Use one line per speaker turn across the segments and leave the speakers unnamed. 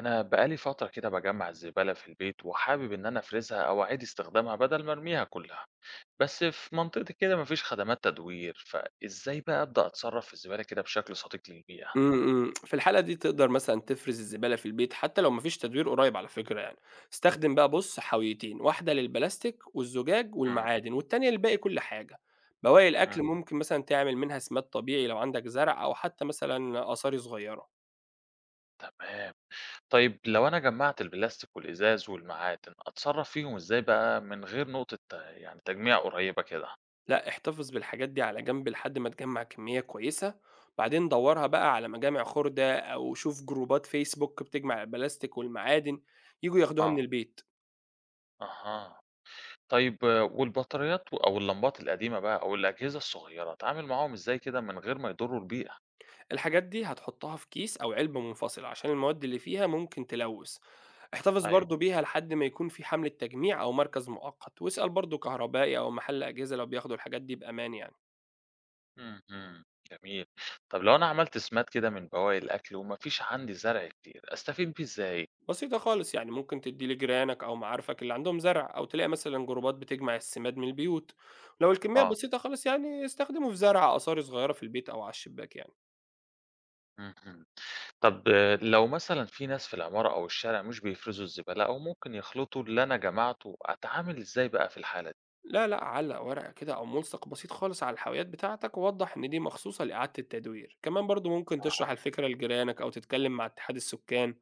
أنا بقالي فترة كده بجمع الزبالة في البيت وحابب إن أنا أفرزها أو أعيد استخدامها بدل ما أرميها كلها، بس في منطقتي كده مفيش خدمات تدوير، فإزاي بقى أبدأ أتصرف في الزبالة كده بشكل صديق للبيئة؟
إمم، إمم. في الحالة دي تقدر مثلًا تفرز الزبالة في البيت حتى لو ما فيش تدوير قريب على فكرة يعني. استخدم بقى بُص حاويتين، واحدة للبلاستيك والزجاج
مم.
والمعادن، والتانية لباقي كل حاجة. بواقي
مم.
الأكل ممكن مثلًا تعمل منها سماد طبيعي لو عندك زرع أو حتى مثلًا آثار صغيرة.
تمام. طيب، لو أنا جمعت البلاستيك والإزاز والمعادن أتصرف فيهم إزاي بقى من غير نقطة يعني تجميع قريبة كده؟
لأ، احتفظ بالحاجات دي على جنب لحد ما تجمّع كمية كويسة، بعدين دورها بقى على مجامع خردة أو شوف جروبات فيسبوك بتجمع البلاستيك والمعادن، ييجوا ياخدوها من
آه.
البيت.
أها. طيب، والبطاريات أو اللمبات القديمة بقى أو الأجهزة الصغيرة أتعامل معاهم إزاي كده من غير ما يضروا البيئة؟
الحاجات دي هتحطها في كيس أو علبة منفصلة عشان المواد اللي فيها ممكن تلوث. احتفظ
أيوه.
برضو بيها لحد ما يكون في حملة تجميع أو مركز مؤقت، واسأل برضو كهربائي أو محل أجهزة لو بياخدوا الحاجات دي بأمان يعني.
إمم، إمم، جميل. طب لو أنا عملت سماد كده من بواقي الأكل وما فيش عندي زرع كتير، أستفيد بيه إزاي؟
بسيطة خالص يعني، ممكن تدي لجيرانك أو معارفك اللي عندهم زرع أو تلاقي مثلا جروبات بتجمع السماد من البيوت. لو الكمية
آه.
بسيطة خالص يعني استخدمه في زرع أقصاري صغيرة في البيت أو على الشباك يعني.
اهم. طب، لو مثلًا في ناس في العمارة أو الشارع مش بيفرزوا الزبالة أو ممكن يخلطوا اللي أنا جمعته، أتعامل إزاي بقى في الحالة دي؟
لا لأ، علّق ورقة كده أو ملصق بسيط خالص على الحاويات بتاعتك، ووضّح إن دي مخصوصة لإعادة التدوير، كمان برضه ممكن
أها.
تشرح الفكرة لجيرانك أو تتكلم مع اتحاد السكان،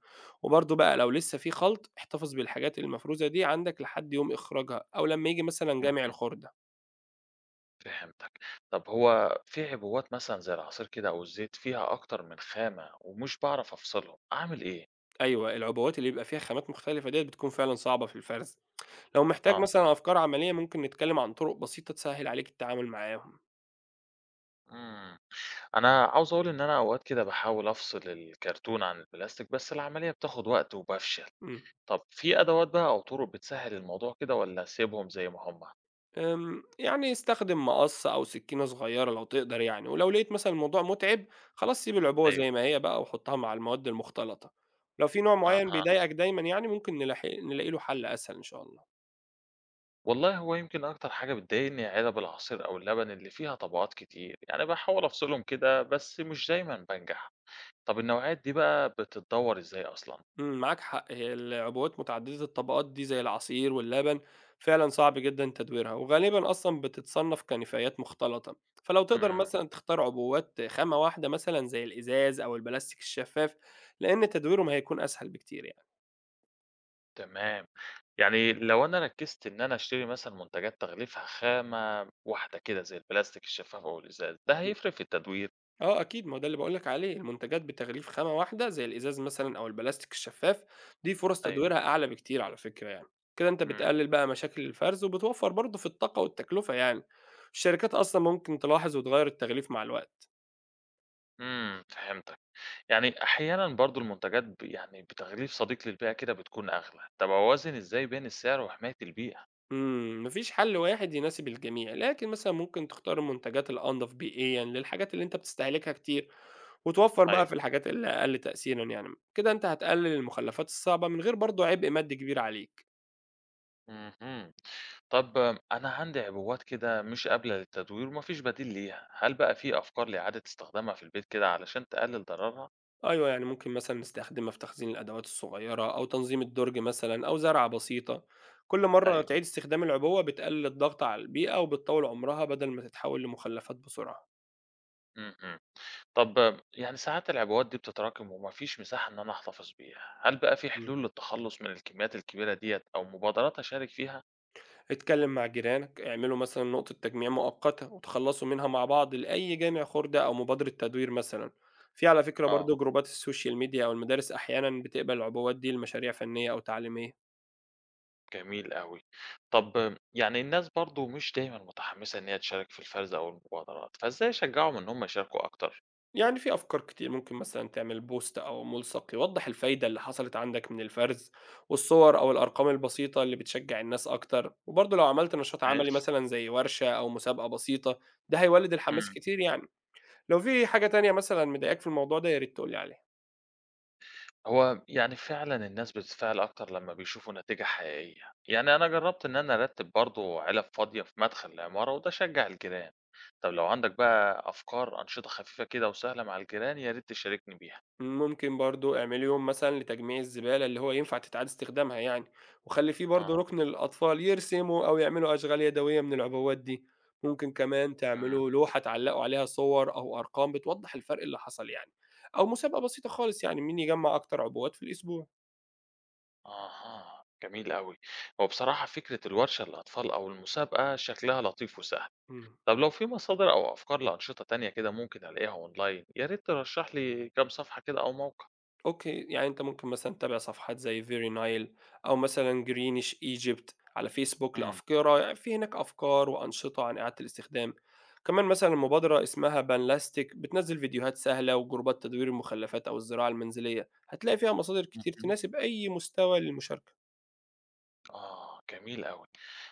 وبرضه بقى لو لسه في خلْط احتفظ بالحاجات المفروزة دي عندك لحد يوم إخراجها، أو لمّا ييجي مثلًا جامع
اهم.
الخردة.
فهمتك. طب هو في عبوات مثلًا زي العصير كده أو الزيت فيها أكتر من خامة ومش باعرف أفصلهم، أعمل إيه؟
أيوه، العبوات اللي بيبقى فيها خامات مختلفة ديّة بتكون فعلًا صعبة في الفرز. لو محتاج
آه.
مثلًا أفكار عملية ممكن نتكلم عن طرق بسيطة تسهّل عليك التعامل معاهم.
إمم. أنا عاوز أقول إن أنا أوقات كده باحاول أفصل الكرتون عن البلاستيك، بس العملية بتاخد وقت وبافشل.
إمم.
طب في أدوات بقى أو طرق بتسهّل الموضوع كده والّا أسيبهم زي ما هم؟
يعني استخدم مقص أو سكينة صغيرة لو تقدر يعني، ولو لقيت مثلًا الموضوع متعب خلاص سيب العبوة
أيوه.
زي ما هي بقى وحطها مع المواد المختلطة. لو في نوع معين
أها.
بيضايقك دايمًا يعني ممكن نلاقي له حل أسهل إن شاء الله.
والله هو يمكن أكتر حاجة بتضايقني علب العصير أو اللبن اللي فيها طبقات كتير، يعني باحاول أفصلهم كده بس مش دايمًا بانجح. طب النوعيات دي بقى بتتدوّر إزاي أصلًا؟
معاك حق، هي العبوات متعددة الطبقات دي زي العصير واللبن فعلًا صعب جدًا تدويرها، وغالبًا أصلًا بتتصنف كنفايات مختلطة، فلو تقدر
إمم.
مثلًا تختار عبوات خامة واحدة مثلًا زي الإزاز أو البلاستيك الشفاف، لأن تدويرهم هيكون أسهل بكتير يعني.
تمام. يعني لو أنا ركّزت إن أنا أشتري مثلًا منتجات تغليفها خامة واحدة كده زي البلاستيك الشفاف أو الإزاز، ده هيفرق في التدوير؟
آه أكيد، ما هو ده اللي باقول لك عليه، المنتجات بتغليف خامة واحدة زي الإزاز مثلًا أو البلاستيك الشفاف، دي فرص
أيوه.
تدويرها أعلى بكتير على فكرة يعني، كده أنت
إمم.
بتقلل بقى مشاكل الفرز وبتوفّر برضه في الطاقة والتكلفة يعني، الشركات أصلًا ممكن تلاحظ وتغيّر التغليف مع الوقت.
إمم، فهمتك. يعني أحيانًا برضه المنتجات يعني بتغليف صديق للبيئة كده بتكون أغلى. طب أوازن إزاي بين السعر وحماية البيئة؟
ما فيش حل واحد يناسب الجميع، لكن مثلًا ممكن تختار المنتجات الأنضف بيئيًا للحاجات اللي أنت بتستهلكها كتير، وتوفّر بقى
أيوه.
في الحاجات اللي أقل تأثيرًا يعني، كده أنت هتقلل المخلفات الصعبة من غير برضه عبء مادي كبير عليك.
اهم. طب، أنا عندي عبوات كده مش قابلة للتدوير وما فيش بديل ليها، هل بقى في أفكار لإعادة استخدامها في البيت كده علشان تقلل ضررها؟
أيوه، يعني ممكن مثلًا نستخدمها في تخزين الأدوات الصغيرة أو تنظيم الدُرج مثلًا أو زرعة بسيطة. كل مرّة
أيوه.
تعيد استخدام العبوة بتقلل الضغط على البيئة وبتطوّل عمرها بدل ما تتحول لمخلفات بسرعة.
اهم. طب يعني ساعات العبوات دي بتتراكم وما فيش مساحة إن أنا أحتفظ بيها، هل بقى في
إمم.
حلول للتخلص من الكميات الكبيرة ديّة أو مبادرات أشارك فيها؟
اتكلم مع جيرانك، اعملوا مثلًا نقطة تجميع مؤقتة وتخلّصوا منها مع بعض لأي جامع خُردة أو مبادرة تدوير مثلًا. في على فكرة
آه،
برضه جروبات السوشيال ميديا أو المدارس أحيانًا بتقبل العبوات دي لمشاريع فنية أو تعليمية.
جميل أوي. طب يعني الناس برضه مش دايمًا متحمسة إن هي تشارك في الفرز أو المبادرات، فإزاي أشجعهم إن هم يشاركوا أكتر؟
يعني في أفكار كتير، ممكن مثلًا تعمل بوست أو ملصق يوضح الفايدة اللي حصلت عندك من الفرز، والصور أو الأرقام البسيطة اللي بتشجع الناس أكتر، وبرضه لو عملت نشاط عملي
ماشي.
مثلًا زي ورشة أو مسابقة بسيطة، ده هيولد الحماس
إمم.
كتير يعني. لو في حاجة تانية مثلًا مضايقاك في الموضوع ده يا ريت تقول لي عليها.
هو يعني فعلًا الناس بتتفاعل أكتر لمّا بيشوفوا نتيجة حقيقية، يعني أنا جرّبت إن أنا أرتّب برضه علب فاضية في مدخل العمارة وده شجّع الجيران. طب لو عندك بقى أفكار أنشطة خفيفة كده وسهلة مع الجيران يا ريت تشاركني بيها.
ممكن برضه اعملي يوم مثلًا لتجميع الزبالة اللي هو ينفع تتعاد استخدامها يعني، وخلّي في
آه.
برضه رُكن للأطفال يرسموا أو يعملوا أشغال يدوية من العبوات دي، ممكن كمان
إمم.
تعملوا لوحة تعلّقوا عليها صور أو أرقام بتوضّح الفرق اللي حصل يعني، أو مسابقة بسيطة خالص يعني مين يجمّع أكتر عبوات في الأسبوع.
أها، جميل أوي. هو بصراحة فكرة الورشة للأطفال أو المسابقة شكلها لطيف وسهل.
إمم.
طب لو في مصادر أو أفكار لأنشطة تانية كده ممكن ألاقيها أونلاين يا ريت ترشّح لي كام صفحة كده أو موقع.
أوكي، يعني أنت ممكن مثلًا تتابع صفحات زي Very Nile أو مثلًا Greenish Egypt على فيسبوك
إمم.
لأفكرة في هناك أفكار وأنشطة عن إعادة الاستخدام، كمان مثلًا مبادرة اسمها بانلاستيك بتنزّل فيديوهات سهلة وجروبات تدوير المخلفات أو الزراعة المنزلية، هتلاقي فيها مصادر كتير
اهم.
تناسب أي مستوى للمشاركة.
آه، جميل أوي.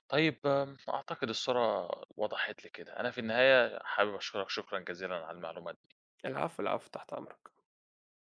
طيب، أعتقد الصورة وضحت لي كده. أنا في النهاية حابب أشكرك شكرًا جزيلًا على المعلومات دي.
العفو، العفو، تحت أمرك.